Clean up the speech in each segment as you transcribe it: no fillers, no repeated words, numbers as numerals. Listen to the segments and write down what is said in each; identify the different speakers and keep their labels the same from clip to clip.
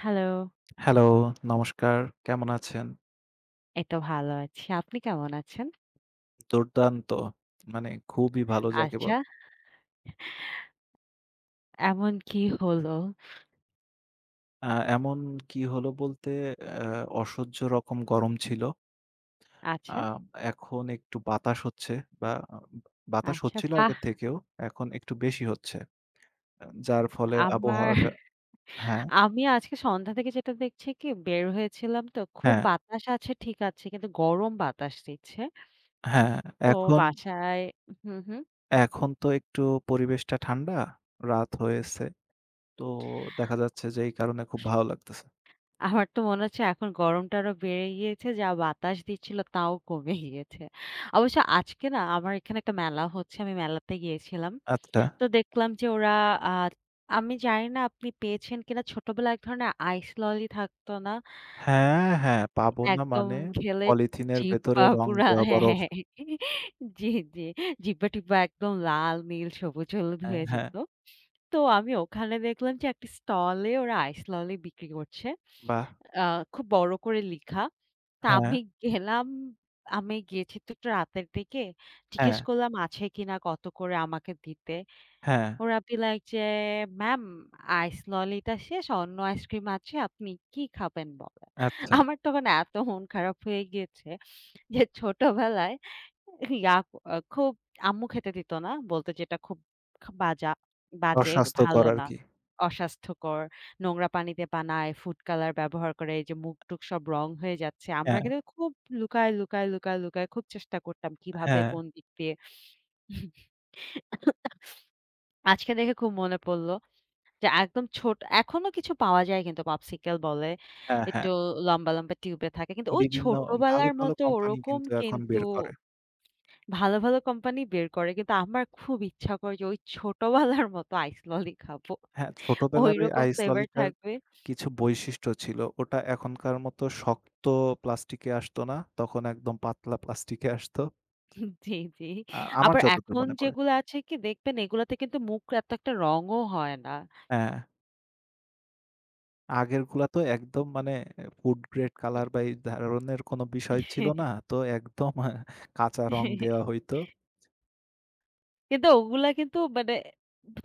Speaker 1: Hello,
Speaker 2: hello, নমস্কার। কেমন আছেন?
Speaker 1: এই তো ভালো আছি। আপনি কেমন আছেন?
Speaker 2: দুর্দান্ত! মানে খুবই ভালো যাকে
Speaker 1: আচ্ছা,
Speaker 2: বলে।
Speaker 1: এমন কি হলো?
Speaker 2: আ এমন কি হলো বলতে আ অসহ্য রকম গরম ছিল। আ
Speaker 1: আচ্ছা,
Speaker 2: এখন একটু বাতাস হচ্ছে বা আ বাতাস
Speaker 1: আচ্ছা,
Speaker 2: হচ্ছিল
Speaker 1: বাহ!
Speaker 2: আগে থেকেও, এখন একটু বেশি হচ্ছে। যার ফলে
Speaker 1: আমার
Speaker 2: আবহাওয়াটা হ্যাঁ,
Speaker 1: আমি আজকে সন্ধ্যা থেকে যেটা দেখছি কি বের হয়েছিলাম তো খুব
Speaker 2: হ্যাঁ,
Speaker 1: বাতাস আছে ঠিক আছে, কিন্তু গরম বাতাস দিচ্ছে।
Speaker 2: হ্যাঁ।
Speaker 1: তো
Speaker 2: এখন
Speaker 1: বাসায় হুম, হুম।
Speaker 2: এখন তো একটু পরিবেশটা ঠান্ডা, রাত হয়েছে। তো দেখা যাচ্ছে যে এই কারণে খুব ভালো লাগতেছে।
Speaker 1: আমার তো মনে হচ্ছে এখন গরমটা আরো বেড়ে গিয়েছে, যা বাতাস দিচ্ছিল তাও কমে গিয়েছে। অবশ্য আজকে না আমার এখানে একটা মেলা হচ্ছে, আমি মেলাতে গিয়েছিলাম।
Speaker 2: আচ্ছা।
Speaker 1: তো দেখলাম যে ওরা আ আমি জানি না আপনি পেয়েছেন কিনা ছোটবেলায় এক ধরনের আইস ললি থাকতো না?
Speaker 2: হ্যাঁ, হ্যাঁ, পাবো না
Speaker 1: একদম
Speaker 2: মানে
Speaker 1: খেলে
Speaker 2: পলিথিনের ভেতরে
Speaker 1: জিব্বা
Speaker 2: রং
Speaker 1: পুরা
Speaker 2: দেওয়া
Speaker 1: হ্যাঁ, হ্যাঁ,
Speaker 2: বরফ।
Speaker 1: হ্যাঁ। জি, জি। জিব্বা-টিব্বা একদম লাল, নীল, সবুজ, হলুদ
Speaker 2: হ্যাঁ,
Speaker 1: হয়ে
Speaker 2: হ্যাঁ,
Speaker 1: যেত। তো আমি ওখানে দেখলাম যে একটা স্টলে ওরা আইস ললি বিক্রি করছে।
Speaker 2: বাহ!
Speaker 1: আ খুব বড় করে লিখা। তা
Speaker 2: হ্যাঁ,
Speaker 1: আমি গেলাম, আমি গিয়েছি তো একটু রাতের দিকে।
Speaker 2: হ্যাঁ,
Speaker 1: জিজ্ঞেস করলাম আছে কিনা কত করে আমাকে দিতে।
Speaker 2: হ্যাঁ,
Speaker 1: ওরা be like যে, "ম্যাম আইস ললিটা শেষ, অন্য আইসক্রিম আছে। আপনি কি খাবেন বলেন?"
Speaker 2: আচ্ছা।
Speaker 1: আমার তখন এত মন খারাপ হয়ে গিয়েছে যে ছোটবেলায় ইয়া আ খুব আম্মু খেতে দিত না। বলত যে, "এটা খুব খা বাজা বাজে,
Speaker 2: অস্বাস্থ্যকর
Speaker 1: ভালো না।
Speaker 2: আরকি।
Speaker 1: অস্বাস্থ্যকর। নোংরা পানিতে বানায়, ফুড কালার ব্যবহার করে। এই যে মুখ-টুক সব রং হয়ে যাচ্ছে।" আমরা
Speaker 2: হ্যাঁ,
Speaker 1: কিন্তু খুব লুকায়, লুকায়, লুকায়, লুকায় খুব চেষ্টা করতাম কিভাবে
Speaker 2: হ্যাঁ,
Speaker 1: কোন দিক দিয়ে আজকে দেখে খুব মনে পড়ল। যে একদম ছোট এখনো কিছু পাওয়া যায় কিন্তু পপসিকল বলে।
Speaker 2: হ্যাঁ,
Speaker 1: একটু
Speaker 2: হ্যাঁ।
Speaker 1: লম্বা, লম্বা টিউবে থাকে। কিন্তু ওই
Speaker 2: বিভিন্ন ভালো,
Speaker 1: ছোটবেলার
Speaker 2: ভালো
Speaker 1: মতো
Speaker 2: কোম্পানি
Speaker 1: ওরকম
Speaker 2: কিন্তু এখন
Speaker 1: কিন্তু
Speaker 2: বের করে।
Speaker 1: ভালো, ভালো কোম্পানি বের করে। কিন্তু আমার খুব ইচ্ছা করে যে ওই ছোটবেলার মতো আইস ললি খাবো।
Speaker 2: হ্যাঁ, ছোটবেলার ওই
Speaker 1: ওইরকম
Speaker 2: আইস
Speaker 1: ফ্লেভার
Speaker 2: ললিটার
Speaker 1: থাকবে
Speaker 2: কিছু বৈশিষ্ট্য ছিল। ওটা এখনকার মতো শক্ত প্লাস্টিকে আসতো না। তখন একদম পাতলা প্লাস্টিকে আসতো।
Speaker 1: জি, জি।
Speaker 2: আমার
Speaker 1: আবার
Speaker 2: যতদূর
Speaker 1: এখন
Speaker 2: মনে পড়ে।
Speaker 1: যেগুলো আছে কি দেখবেন এগুলাতে কিন্তু মুখ এত একটা রঙও হয় না।
Speaker 2: হ্যাঁ। আগেরগুলা তো একদম মানে ফুড গ্রেড কালার বা এই ধরনের কোনো বিষয় ছিল না। তো একদম কাঁচা রং দেওয়া হইতো।
Speaker 1: কিন্তু ওগুলা কিন্তু মানে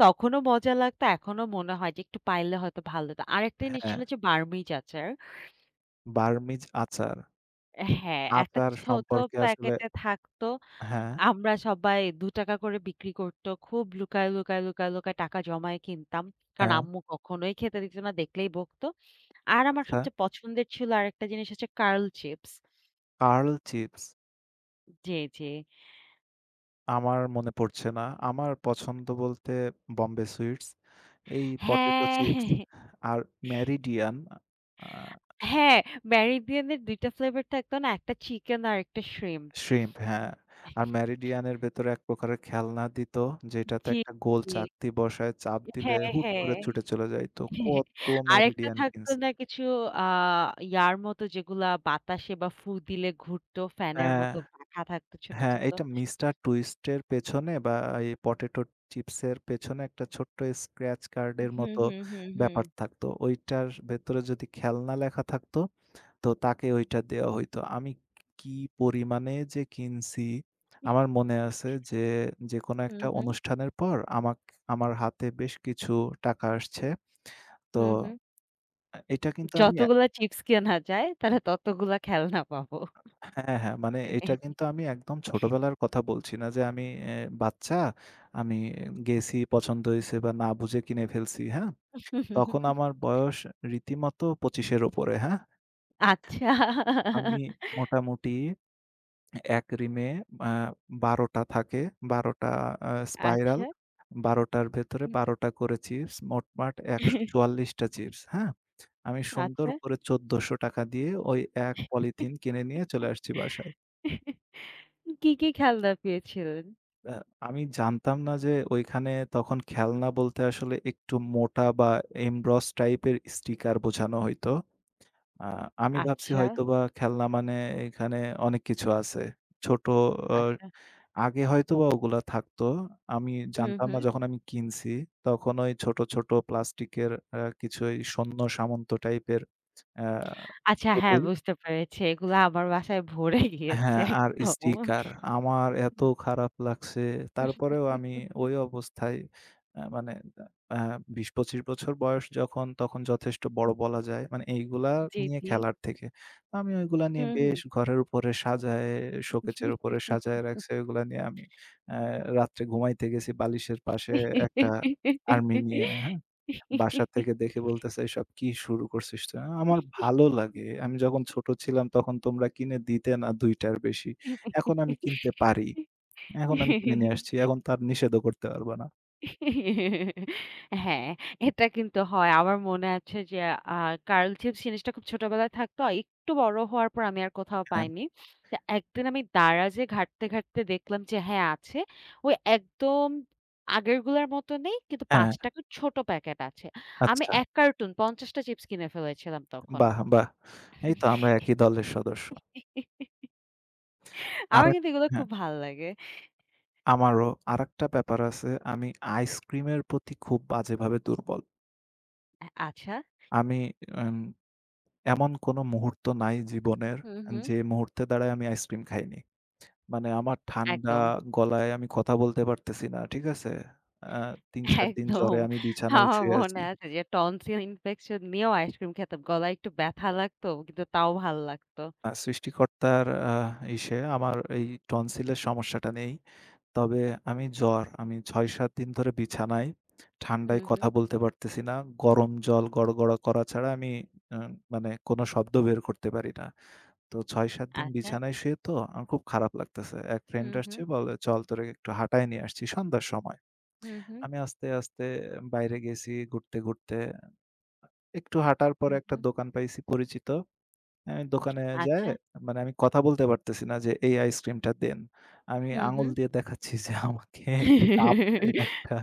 Speaker 1: তখনও মজা লাগতো। এখনো মনে হয় যে একটু পাইলে হয়তো ভালো হতো। আরেকটা জিনিস
Speaker 2: হ্যাঁ,
Speaker 1: ছিল যে বার্মিজ আচার।
Speaker 2: বার্মিজ আচার।
Speaker 1: হ্যাঁ, একটা
Speaker 2: আচার
Speaker 1: ছোট
Speaker 2: সম্পর্কে আসলে
Speaker 1: প্যাকেটে থাকতো।
Speaker 2: হ্যাঁ,
Speaker 1: আমরা সবাই ৳২ করে বিক্রি করত। খুব লুকায়, লুকায়, লুকায়, লুকায় টাকা জমায় কিনতাম। কারণ
Speaker 2: হ্যাঁ,
Speaker 1: আম্মু কখনোই খেতে দিত না, দেখলেই বকতো। আর আমার
Speaker 2: আচ্ছা।
Speaker 1: সবচেয়ে পছন্দের ছিল আরেকটা জিনিস হচ্ছে কার্ল চিপস।
Speaker 2: কার্ল চিপস
Speaker 1: জি, জি।
Speaker 2: আমার মনে পড়ছে না। আমার পছন্দ বলতে বোম্বে সুইটস, এই পটেটো
Speaker 1: হ্যাঁ,
Speaker 2: চিপস আর মেরিডিয়ান আ
Speaker 1: হ্যাঁ, মেরিডিয়ানের ২ টা ফ্লেভার থাকতো না? একটা চিকেন আর একটা শ্রিম্প।
Speaker 2: শ্রিম্প হ্যাঁ। আর মেরিডিয়ানের ভেতরে এক প্রকারের খেলনা দিত, যেটাতে
Speaker 1: জি,
Speaker 2: একটা গোল
Speaker 1: জি।
Speaker 2: চাকতি বসায় চাপ দিলে
Speaker 1: হ্যাঁ,
Speaker 2: হুট
Speaker 1: হ্যাঁ।
Speaker 2: করে ছুটে চলে যাইত। কত
Speaker 1: আরেকটা
Speaker 2: মেরিডিয়ান
Speaker 1: থাকতো
Speaker 2: কিনছি।
Speaker 1: না কিছু আ ইয়ার মতো যেগুলা বাতাসে বা ফু দিলে ঘুরতো ফ্যানের
Speaker 2: হ্যাঁ,
Speaker 1: মতো পাখা থাকতো ছোট,
Speaker 2: হ্যাঁ,
Speaker 1: ছোট।
Speaker 2: এটা মিস্টার টুইস্টের পেছনে বা এই পটেটো চিপসের পেছনে একটা ছোট্ট স্ক্র্যাচ কার্ডের
Speaker 1: হুম,
Speaker 2: মতো
Speaker 1: হুম, হুম, হুম।
Speaker 2: ব্যাপার থাকতো। ওইটার ভেতরে যদি খেলনা লেখা থাকতো তো তাকে ওইটা দেওয়া হইতো। আমি কি পরিমাণে যে কিনছি, আমার মনে আছে যে, যেকোনো
Speaker 1: হুম,
Speaker 2: একটা
Speaker 1: হুম,
Speaker 2: অনুষ্ঠানের পর আমাক আমার হাতে বেশ কিছু টাকা আসছে। তো
Speaker 1: হুম, হুম।
Speaker 2: এটা কিন্তু আমি
Speaker 1: যতগুলা চিপস কেনা যায় তাহলে ততগুলা খেলনা পাবো।
Speaker 2: হ্যাঁ, হ্যাঁ, মানে এটা কিন্তু আমি একদম ছোটবেলার কথা বলছি না যে আমি বাচ্চা, আমি গেছি পছন্দ হইছে বা না বুঝে কিনে ফেলছি, হ্যাঁ? তখন আমার বয়স রীতিমতো ২৫ এর উপরে, হ্যাঁ?
Speaker 1: আচ্ছা,
Speaker 2: আমি মোটামুটি এক রিমে আ ১২ টা থাকে। ১২ টা স্পাইরাল।
Speaker 1: আচ্ছা,
Speaker 2: ১২ টার ভেতরে
Speaker 1: হুম।
Speaker 2: ১২ টা করে চিপস। মোটমাট ১৪৪ টা চিপস, হ্যাঁ? আমি সুন্দর
Speaker 1: আচ্ছা।
Speaker 2: করে ৳১৪০০ দিয়ে ওই এক পলিথিন কিনে নিয়ে চলে আসছি বাসায়।
Speaker 1: কি, কি খেলনা পেয়েছিলেন?
Speaker 2: আ আমি জানতাম না যে ওইখানে তখন খেলনা বলতে আসলে একটু মোটা বা এমবস টাইপের স্টিকার বোঝানো হইতো। আ আমি ভাবছি
Speaker 1: আচ্ছা,
Speaker 2: হয়তোবা খেলনা মানে এখানে অনেক কিছু আছে। ছোট
Speaker 1: আচ্ছা।
Speaker 2: আগে হয়তোবা ওগুলা থাকতো। আমি
Speaker 1: হুম,
Speaker 2: জানতাম
Speaker 1: হুম।
Speaker 2: না যখন আমি কিনছি, তখন ওই ছোট, ছোট প্লাস্টিকের কিছু এই সৈন্য সামন্ত টাইপের অ্যা
Speaker 1: আচ্ছা হ্যাঁ,
Speaker 2: পুতুল।
Speaker 1: বুঝতে পেরেছি। এগুলা আমার বাসায় ভরে গিয়েছে
Speaker 2: হ্যাঁ, আর
Speaker 1: একদম।
Speaker 2: স্টিকার। আমার এত
Speaker 1: হুম।
Speaker 2: খারাপ লাগছে। তারপরেও আমি ওই অবস্থায় মানে আ ২০-২৫ বছর বয়স যখন, তখন যথেষ্ট বড় বলা যায়। মানে এইগুলা
Speaker 1: জি,
Speaker 2: নিয়ে
Speaker 1: জি।
Speaker 2: খেলার থেকে। আমি ওইগুলা নিয়ে
Speaker 1: হুম, হুম।
Speaker 2: বেশ ঘরের উপরে সাজায়, শোকেজের উপরে সাজায় রাখছি। ওইগুলা নিয়ে আমি অ্যা রাত্রে ঘুমাইতে গেছি বালিশের পাশে একটা আর্মি নিয়ে। বাসা থেকে দেখে বলতেছে, "এসব কি শুরু করছিস তুই?" আমার ভালো লাগে। আমি যখন ছোট ছিলাম তখন তোমরা কিনে দিতে না ২ টার বেশি। এখন আমি কিনতে পারি। এখন আমি কিনে নিয়ে আসছি। এখন তো আর নিষেধও করতে পারবা না।
Speaker 1: হ্যাঁ, এটা কিন্তু হয়। আমার মনে আছে যে আ কার্ল চিপস জিনিসটা খুব ছোটবেলায় থাকতো। আর একটু বড় হওয়ার পর আমি আর কোথাও
Speaker 2: হ্যাঁ,
Speaker 1: পাইনি। তো একদিন আমি দারাজে ঘাঁটতে, ঘাঁটতে দেখলাম যে হ্যাঁ আছে। ওই একদম আগেরগুলার মতো নেই কিন্তু
Speaker 2: হ্যাঁ,
Speaker 1: ৳৫ র ছোট প্যাকেট আছে। আমি
Speaker 2: আচ্ছা।
Speaker 1: ১ কার্টুন ৫০ টা চিপস কিনে ফেলেছিলাম তখন।
Speaker 2: বাহ! বাহ! এই তো আমরা একই দলের সদস্য।
Speaker 1: আমার
Speaker 2: আরেক
Speaker 1: কিন্তু এগুলো
Speaker 2: হ্যাঁ,
Speaker 1: খুব ভাল লাগে।
Speaker 2: আমারও আরেকটা ব্যাপার আছে। আমি আইসক্রিমের প্রতি খুব বাজেভাবে দুর্বল।
Speaker 1: আচ্ছা।
Speaker 2: আমি এম এমন কোনো মুহূর্ত নাই জীবনের
Speaker 1: হুম, হুম।
Speaker 2: যে মুহূর্তে দ্বারা আমি আইসক্রিম খাইনি। মানে আমার ঠান্ডা
Speaker 1: একদম।
Speaker 2: গলায় আমি কথা বলতে পারতেছি না। ঠিক আছে? আ ৩-৪ দিন
Speaker 1: একদম।
Speaker 2: জ্বরে আমি বিছানায়
Speaker 1: আমার
Speaker 2: শুয়ে
Speaker 1: মনে
Speaker 2: আছি।
Speaker 1: আছে যে টনসিল ইনফেকশন নিয়েও আইসক্রিম খেতাম। গলায় একটু ব্যথা লাগতো কিন্তু তাও ভাল লাগতো।
Speaker 2: সৃষ্টিকর্তার ইসে আমার এই টনসিলের সমস্যাটা নেই। তবে আমি জ্বর। আমি ৬-৭ দিন ধরে বিছানায়,
Speaker 1: হুম,
Speaker 2: ঠান্ডায়
Speaker 1: হুম।
Speaker 2: কথা বলতে পারতেছি না। গরম জল গড়গড়া করা ছাড়া আমি আ মানে কোনো শব্দ বের করতে পারি না। তো ৬-৭ দিন
Speaker 1: আচ্ছা।
Speaker 2: বিছানায় শুয়ে তো আমার খুব খারাপ লাগতেছে। এক ফ্রেন্ড
Speaker 1: হুম, হুম।
Speaker 2: আসছে বলে, "চল তোরে একটু হাঁটায় নিয়ে আসছি" সন্ধ্যার সময়।
Speaker 1: হুম, হুম।
Speaker 2: আমি আস্তে, আস্তে বাইরে গেছি ঘুরতে, ঘুরতে। একটু হাঁটার পরে
Speaker 1: হুম,
Speaker 2: একটা
Speaker 1: হুম।
Speaker 2: দোকান পাইছি পরিচিত। আমি দোকানে যায়ে
Speaker 1: আচ্ছা।
Speaker 2: মানে আমি কথা বলতে পারতেছি না যে, "এই আইসক্রিমটা দেন।" আমি
Speaker 1: হুম,
Speaker 2: আঙুল
Speaker 1: হুম।
Speaker 2: দিয়ে দেখাচ্ছি যে, "আমাকে কাপ দেন একটা।"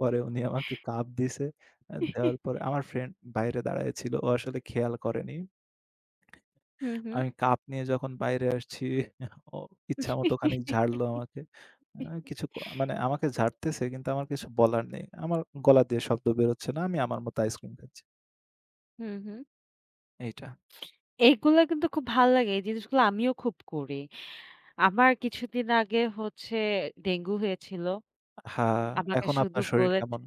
Speaker 2: পরে উনি আমাকে কাপ দিছে। দেওয়ার পরে আমার ফ্রেন্ড বাইরে দাঁড়ায় ছিল। ও আসলে খেয়াল করেনি।
Speaker 1: হুম, হুম।
Speaker 2: আমি কাপ নিয়ে যখন বাইরে আসছি ও ইচ্ছামত খানিক ঝাড়লো আমাকে। আ কিছু ক মানে আমাকে ঝাড়তেছে কিন্তু আমার কিছু বলার নেই। আমার গলা দিয়ে শব্দ বেরোচ্ছে না। আমি আমার মতো আইসক্রিম খাচ্ছি।
Speaker 1: হুম, হুম।
Speaker 2: এইটা।
Speaker 1: এগুলা কিন্তু খুব ভাল লাগে। এই জিনিসগুলো আমিও খুব করি। আমার কিছুদিন আগে হচ্ছে ডেঙ্গু হয়েছিল।
Speaker 2: হ্যাঁ,
Speaker 1: আমাকে
Speaker 2: এখন
Speaker 1: শুধু
Speaker 2: আপনার শরীর
Speaker 1: বলেছে
Speaker 2: কেমন?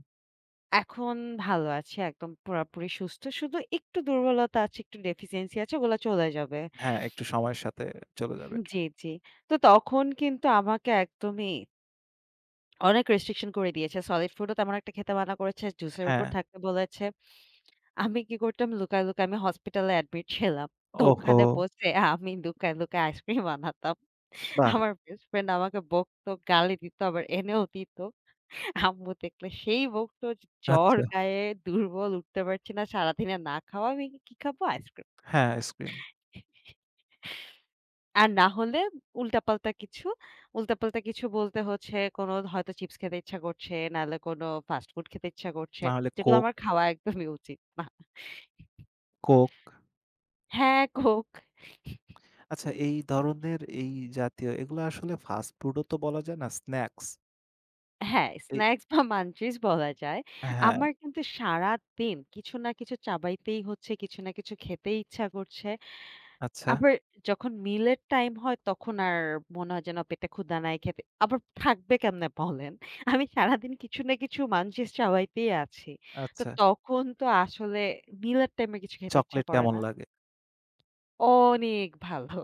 Speaker 1: এখন ভালো আছি। একদম পুরাপুরি সুস্থ। শুধু একটু দুর্বলতা আছে, একটু ডেফিসিয়েন্সি আছে, ওগুলা চলে যাবে।
Speaker 2: হ্যাঁ, একটু সময়ের সাথে চলে যাবে এটা।
Speaker 1: জি, জি। তো তখন কিন্তু আমাকে একদমই অনেক রেস্ট্রিকশন করে দিয়েছে। সলিড ফুডও তেমন একটা খেতে মানা করেছে, জুসের উপর
Speaker 2: হ্যাঁ।
Speaker 1: থাকতে বলেছে। আমি কি করতাম লুকায়, লুকায় আমি হসপিটালে অ্যাডমিট ছিলাম। তো
Speaker 2: ওহো!
Speaker 1: ওখানে বসে আমি লুকায়, লুকায় আইসক্রিম বানাতাম।
Speaker 2: বাহ!
Speaker 1: আমার বেস্ট ফ্রেন্ড আমাকে বকতো, গালি দিত, আবার এনেও দিত। আম্মু দেখলে সেই বকতো যে, "জ্বর
Speaker 2: আচ্ছা।
Speaker 1: গায়ে, দুর্বল, উঠতে পারছি না, সারাদিনে না খাওয়া। আমি কি খাবো? আইসক্রিম।"
Speaker 2: হ্যাঁ, আইসক্রিম।
Speaker 1: আর না হলে উল্টাপাল্টা কিছু উল্টাপাল্টা কিছু বলতে হচ্ছে কোনো হয়তো চিপস খেতে ইচ্ছা করছে, নাহলে কোনো ফাস্ট ফুড খেতে ইচ্ছা করছে।
Speaker 2: না হলে
Speaker 1: যেগুলো
Speaker 2: কোক,
Speaker 1: আমার খাওয়া একদমই উচিত না।
Speaker 2: কোক।
Speaker 1: হ্যাঁ, কোক।
Speaker 2: আচ্ছা এই ধরনের এই জাতীয় এগুলো আসলে ফাস্ট ফুডও তো বলা যায় না, স্ন্যাকস।
Speaker 1: হ্যাঁ,
Speaker 2: এই
Speaker 1: স্ন্যাকস বা মানচিস বলা যায়।
Speaker 2: হ্যাঁ,
Speaker 1: আমার কিন্তু সারাদিন কিছু না কিছু চাবাইতেই হচ্ছে, কিছু না কিছু খেতে ইচ্ছা করছে।
Speaker 2: আচ্ছা,
Speaker 1: আবার যখন মিলের টাইম হয় তখন আর মনে হয় যেন পেটে ক্ষুধা নাই খেতে আবার থাকবে কেমনে বলেন? আমি সারাদিন কিছু না কিছু মানচিস চাবাইতেই আছি। তো
Speaker 2: আচ্ছা।
Speaker 1: তখন তো আসলে মিলের টাইমে কিছু খেতে ইচ্ছা
Speaker 2: চকোলেট
Speaker 1: করে
Speaker 2: কেমন
Speaker 1: না।
Speaker 2: লাগে?
Speaker 1: অনেক ভালো।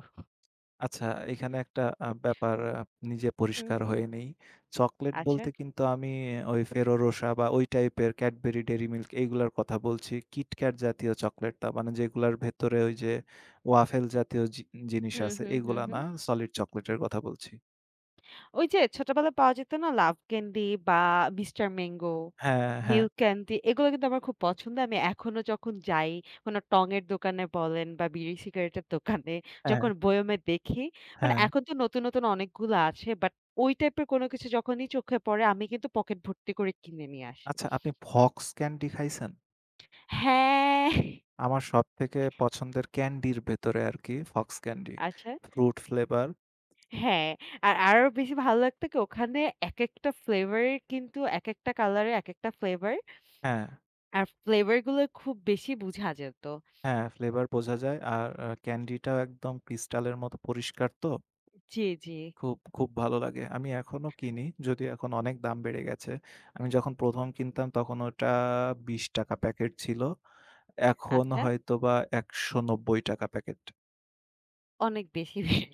Speaker 2: আচ্ছা এখানে একটা ব্যাপার নিজে
Speaker 1: হুম,
Speaker 2: পরিষ্কার
Speaker 1: হুম।
Speaker 2: হয়ে নেই। চকোলেট
Speaker 1: আচ্ছা।
Speaker 2: বলতে কিন্তু আমি ওই Ferrero Rocher বা ওই টাইপের Cadbury Dairy Milk এইগুলার কথা বলছি। KitKat জাতীয় চকোলেটটা মানে যেগুলার ভেতরে ওই যে ওয়াফেল জাতীয় জিনিস
Speaker 1: হুম,
Speaker 2: আছে
Speaker 1: হুম, হুম,
Speaker 2: এগুলা
Speaker 1: হুম।
Speaker 2: না, সলিড চকোলেটের কথা বলছি।
Speaker 1: ওই যে ছোটবেলায় পাওয়া যেত না লাভ ক্যান্ডি বা মিস্টার ম্যাংগো,
Speaker 2: হ্যাঁ, হ্যাঁ,
Speaker 1: মিল্ক ক্যান্ডি এগুলো কিন্তু আমার খুব পছন্দ। আমি এখনো যখন যাই কোনো টঙের দোকানে বলেন বা বিড়ি সিগারেটের দোকানে
Speaker 2: হ্যাঁ,
Speaker 1: যখন বয়মে দেখি মানে
Speaker 2: হ্যাঁ।
Speaker 1: এখন তো নতুন, নতুন অনেকগুলো আছে বাট ওই টাইপের কোনো কিছু যখনই চোখে পড়ে আমি কিন্তু পকেট ভর্তি করে কিনে নিয়ে আসি।
Speaker 2: আচ্ছা আপনি Fox Candy খাইছেন?
Speaker 1: হ্যাঁ,
Speaker 2: আমার সবথেকে পছন্দের ক্যান্ডির ভেতরে আরকি Fox Candy।
Speaker 1: আচ্ছা।
Speaker 2: ফ্রুট ফ্লেভার
Speaker 1: হ্যাঁ, আর আরো বেশি ভালো লাগতো কি ওখানে একেকটা ফ্লেভারের কিন্তু একেকটা কালারের একেকটা ফ্লেভার
Speaker 2: হ্যাঁ।
Speaker 1: আর ফ্লেভার গুলো খুব বেশি বুঝা যেত।
Speaker 2: হ্যাঁ, ফ্লেভার বোঝা যায়। আর ক্যান্ডিটাও একদম ক্রিস্টালের মতো পরিষ্কার তো।
Speaker 1: জি, জি।
Speaker 2: খুব, খুব ভালো লাগে। আমি এখনো কিনি, যদিও এখন অনেক দাম বেড়ে গেছে। আমি যখন ১ম কিনতাম তখন ওটা ৳২০ প্যাকেট ছিল। এখন
Speaker 1: আচ্ছা,
Speaker 2: হয়তোবা ৳১৯০ প্যাকেট।
Speaker 1: অনেক বেশি ভিড়।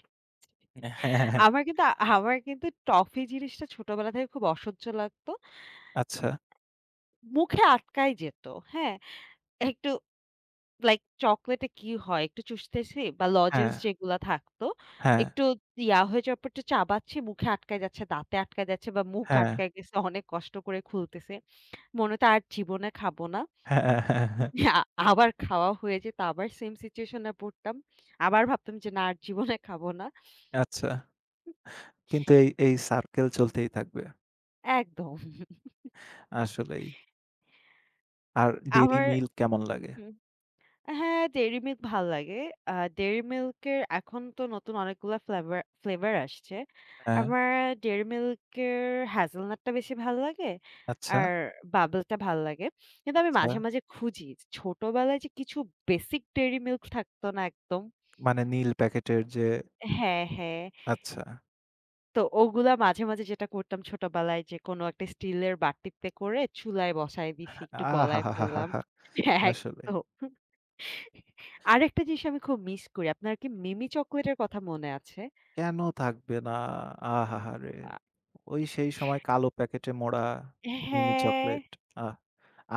Speaker 2: হ্যাঁ,
Speaker 1: আমার কিন্তু আমার কিন্তু টফি জিনিসটা ছোটবেলা থেকে খুব অসহ্য লাগতো।
Speaker 2: আচ্ছা।
Speaker 1: মুখে আটকাই যেত। হ্যাঁ? একটু লাইক চকোলেটে কি হয়? একটু চুষতেছি বা
Speaker 2: হ্যাঁ,
Speaker 1: লজেন্স যেগুলা থাকতো,
Speaker 2: হ্যাঁ,
Speaker 1: একটু ইয়া হয়ে যাওয়ার পর একটু চাবাচ্ছি, মুখে আটকায় যাচ্ছে, দাঁতে আটকায় যাচ্ছে বা মুখ
Speaker 2: হ্যাঁ,
Speaker 1: আটকায় গেছে, অনেক কষ্ট করে খুলতেছে। মনে হতো আর জীবনে খাবো না।
Speaker 2: হ্যাঁ, হ্যাঁ, হ্যাঁ।
Speaker 1: আ আবার খাওয়া হয়ে যেত। আবার সেম সিচুয়েশন এ পড়তাম। আবার ভাবতাম যে, "না আর জীবনে খাবো না।"
Speaker 2: আচ্ছা। কিন্তু এই, এই সার্কেল চলতেই থাকবে।
Speaker 1: একদম।
Speaker 2: আসলেই। আর ডেইরি
Speaker 1: আবার
Speaker 2: মিল্ক কেমন লাগে?
Speaker 1: হুম, হ্যাঁ, ডেইরি মিল্ক ভাল লাগে। আ ডেইরি মিল্ক এর এখন তো নতুন অনেকগুলা ফ্লেভার ফ্লেভার আসছে।
Speaker 2: হ্যাঁ,
Speaker 1: আমার ডেইরি মিল্ক এর হ্যাজেলনাটটা বেশি ভাল লাগে।
Speaker 2: আচ্ছা,
Speaker 1: আর বাবলটা ভাল লাগে। কিন্তু আমি
Speaker 2: আচ্ছা।
Speaker 1: মাঝে, মাঝে খুঁজি ছোটবেলায় যে কিছু বেসিক ডেইরি মিল্ক থাকতো না একদম
Speaker 2: মানে নীল প্যাকেটের যে
Speaker 1: হ্যাঁ, হ্যাঁ।
Speaker 2: আচ্ছা।
Speaker 1: তো ওগুলা মাঝে, মাঝে যেটা করতাম ছোটবেলায় যে কোনো একটা স্টিলের বাটিতে করে চুলায় বসায় দিছি, একটু গলায় ফেললাম।
Speaker 2: আহাহাহাহা! আসলে
Speaker 1: একদম। আরেকটা জিনিস আমি খুব মিস করি। আপনার কি মিমি চকোলেটের কথা মনে আছে?
Speaker 2: কেন থাকবে না? আহাহারে!
Speaker 1: আ
Speaker 2: ওই সেই সময় কালো প্যাকেটে মোড়া মিমি
Speaker 1: হ্যাঁ,
Speaker 2: চকোলেট, আহ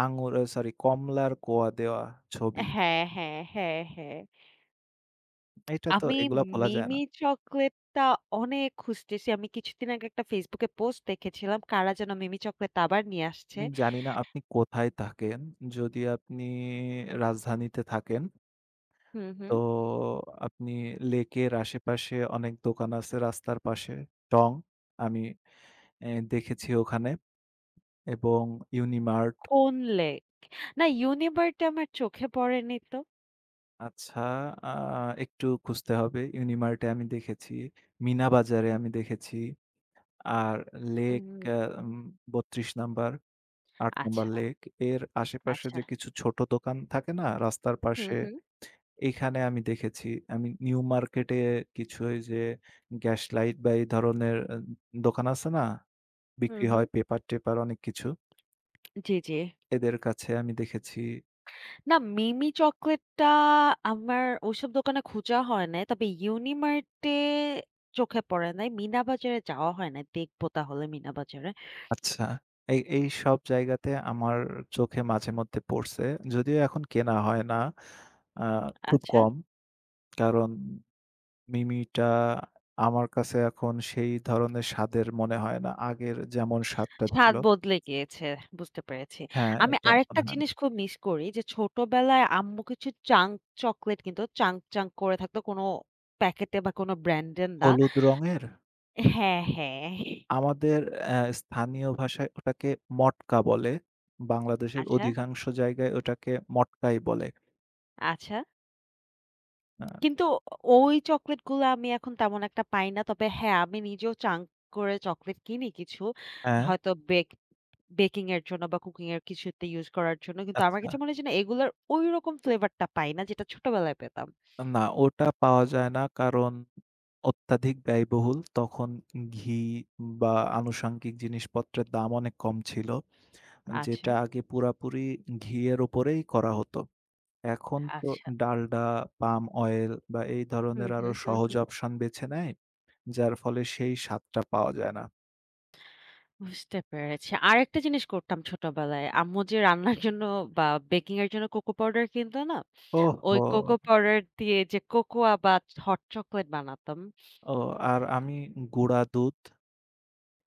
Speaker 2: আঙুর সরি কমলার কোয়া দেওয়া ছবি।
Speaker 1: হ্যাঁ, হ্যাঁ, হ্যাঁ, হ্যাঁ।
Speaker 2: এটা তো
Speaker 1: আমি
Speaker 2: এগুলা ভোলা যায় না।
Speaker 1: মিমি চকোলেটটা অনেক খুঁজতেছি। আমি কিছুদিন আগে একটা Facebook এ পোস্ট দেখেছিলাম, কারা যেন মিমি চকোলেটটা আবার নিয়ে আসছে।
Speaker 2: আমি জানি না আপনি কোথায় থাকেন? যদি আপনি রাজধানীতে থাকেন,
Speaker 1: হুম,
Speaker 2: তো
Speaker 1: হুম।
Speaker 2: আপনি লেকের আশেপাশে অনেক দোকান আছে রাস্তার পাশে। টং আমি এ দেখেছি ওখানে এবং ইউনিমার্ট।
Speaker 1: কোনলে? না, ইউনিভার্সটা আমার চোখে পড়েনি তো।
Speaker 2: আচ্ছা, আ একটু খুঁজতে হবে। ইউনিমার্টে আমি দেখেছি, মিনা বাজারে আমি দেখেছি। আর লেক
Speaker 1: উম
Speaker 2: আ উম ৩২ নাম্বার, ৮ নাম্বার
Speaker 1: আচ্ছা,
Speaker 2: লেক এর আশেপাশে
Speaker 1: আচ্ছা।
Speaker 2: যে কিছু ছোট দোকান থাকে না রাস্তার
Speaker 1: হুম,
Speaker 2: পাশে,
Speaker 1: হুম।
Speaker 2: এখানে আমি দেখেছি। আমি নিউ মার্কেটে কিছু ওই যে গ্যাস লাইট বা এই ধরনের দোকান আছে না?
Speaker 1: হুম,
Speaker 2: বিক্রি
Speaker 1: হুম।
Speaker 2: হয় পেপার-টেপার অনেক কিছু।
Speaker 1: জি, জি।
Speaker 2: এদের কাছে আমি দেখেছি।
Speaker 1: না মিমি চকোলেটটা আমার ওইসব দোকানে খোঁজা হয় নাই। তবে ইউনিমার্টে চোখে পড়ে নাই। মিনা বাজারে যাওয়া হয় নাই। দেখবো তাহলে মিনা বাজারে।
Speaker 2: আচ্ছা। এই এইসব জায়গাতে আমার চোখে মাঝে মধ্যে পড়ছে। যদিও এখন কেনা হয় না। আ খুব
Speaker 1: আচ্ছা।
Speaker 2: কম। কারণ মিমিটা আমার কাছে এখন সেই ধরনের স্বাদের মনে হয় না। আগের যেমন স্বাদটা ছিল।
Speaker 1: স্বাদ বদলে গিয়েছে। বুঝতে পেরেছি।
Speaker 2: হ্যাঁ,
Speaker 1: আমি
Speaker 2: এটা মনে
Speaker 1: আরেকটা
Speaker 2: হয় না।
Speaker 1: জিনিস খুব মিস করি যে ছোটবেলায় আম্মু কিছু চকোলেট কিনত। চাঙ্ক, চাঙ্ক করে থাকতো কোনো প্যাকেটে বা কোনো ব্র্যান্ডের না।
Speaker 2: হলুদ রঙের
Speaker 1: হ্যাঁ, হ্যাঁ।
Speaker 2: আমাদের স্থানীয় ভাষায় ওটাকে মটকা বলে। বাংলাদেশের
Speaker 1: আচ্ছা,
Speaker 2: অধিকাংশ জায়গায় ওটাকে মটকাই বলে।
Speaker 1: আচ্ছা।
Speaker 2: আ
Speaker 1: কিন্তু অ ওই চকোলেট গুলা আমি এখন তেমন একটা পাই না। তবে হ্যাঁ, আমি নিজেও চাঙ্ক করে চকোলেট কিনি কিছু।
Speaker 2: হ্যাঁ,
Speaker 1: হয়তো বেকিং এর জন্য বা কুকিং এর কিছুতে ইউস করার জন্য। কিন্তু আমার
Speaker 2: আচ্ছা।
Speaker 1: কাছে মনে হয় যে না এগুলার ঐরকম ফ্লেভার টা পাই না যেটা ছোটবেলায় পেতাম।
Speaker 2: না, ওটা পাওয়া যায় না। কারণ অত্যাধিক ব্যয়বহুল। তখন ঘি বা আনুষঙ্গিক জিনিসপত্রের দাম অনেক কম ছিল।
Speaker 1: আচ্ছা,
Speaker 2: যেটা আগে পুরাপুরি ঘিয়ের উপরেই করা হতো। এখন তো
Speaker 1: আচ্ছা।
Speaker 2: ডালডা, পাম অয়েল বা এই
Speaker 1: হুম,
Speaker 2: ধরনের আরো
Speaker 1: হুম, হুম,
Speaker 2: সহজ
Speaker 1: হুম।
Speaker 2: অপশন বেছে নেয়। যার ফলে সেই স্বাদটা পাওয়া যায় না।
Speaker 1: বুঝতে পেরেছি। আরেকটা জিনিস করতাম ছোটবেলায়। আম্মু যে রান্নার জন্য বা বেকিং এর জন্য কোকো পাউডার কিনত না? ওই কোকো
Speaker 2: ওহহো!
Speaker 1: পাউডার দিয়ে যে কোকোয়া বা হট চকোলেট বানাতাম।
Speaker 2: ও ও আর আমি গুঁড়া দুধ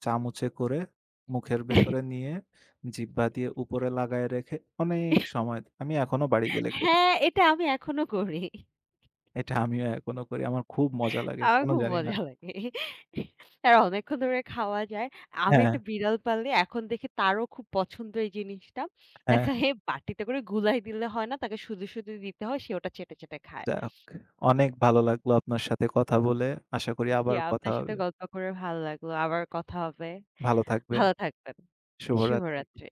Speaker 2: চামচে করে মুখের ভেতরে নিয়ে জিহ্বা দিয়ে উপরে লাগায় রেখে অনেক সময় আমি এখনো বাড়ি গেলে করি।
Speaker 1: হ্যাঁ, এটা আমি এখনো করি।
Speaker 2: এটা আমিও এখনো করি। আমার খুব মজা লাগে।
Speaker 1: আমার
Speaker 2: কেন
Speaker 1: খুব
Speaker 2: জানি না।
Speaker 1: মজা লাগে। আর অনেকক্ষণ ধরে খাওয়া যায়। আমি
Speaker 2: হ্যাঁ,
Speaker 1: একটা বিড়াল পাললে এখন দেখি তারও খুব পছন্দ এই জিনিসটা।
Speaker 2: হ্যাঁ।
Speaker 1: দেখা হে বাটিতে করে গুলাই দিলে হয় না, তাকে শুধু, শুধু দিতে হয়। সে ওটা চেটে, চেটে খায়।
Speaker 2: যাক অনেক ভালো লাগলো আপনার সাথে কথা বলে। আশা করি
Speaker 1: জি,
Speaker 2: আবার কথা
Speaker 1: আপনার সাথে
Speaker 2: হবে।
Speaker 1: গল্প করে ভালো লাগলো। আবার কথা হবে।
Speaker 2: ভালো থাকবেন।
Speaker 1: ভালো থাকবেন।
Speaker 2: শুভরাত্রি।
Speaker 1: শুভরাত্রি।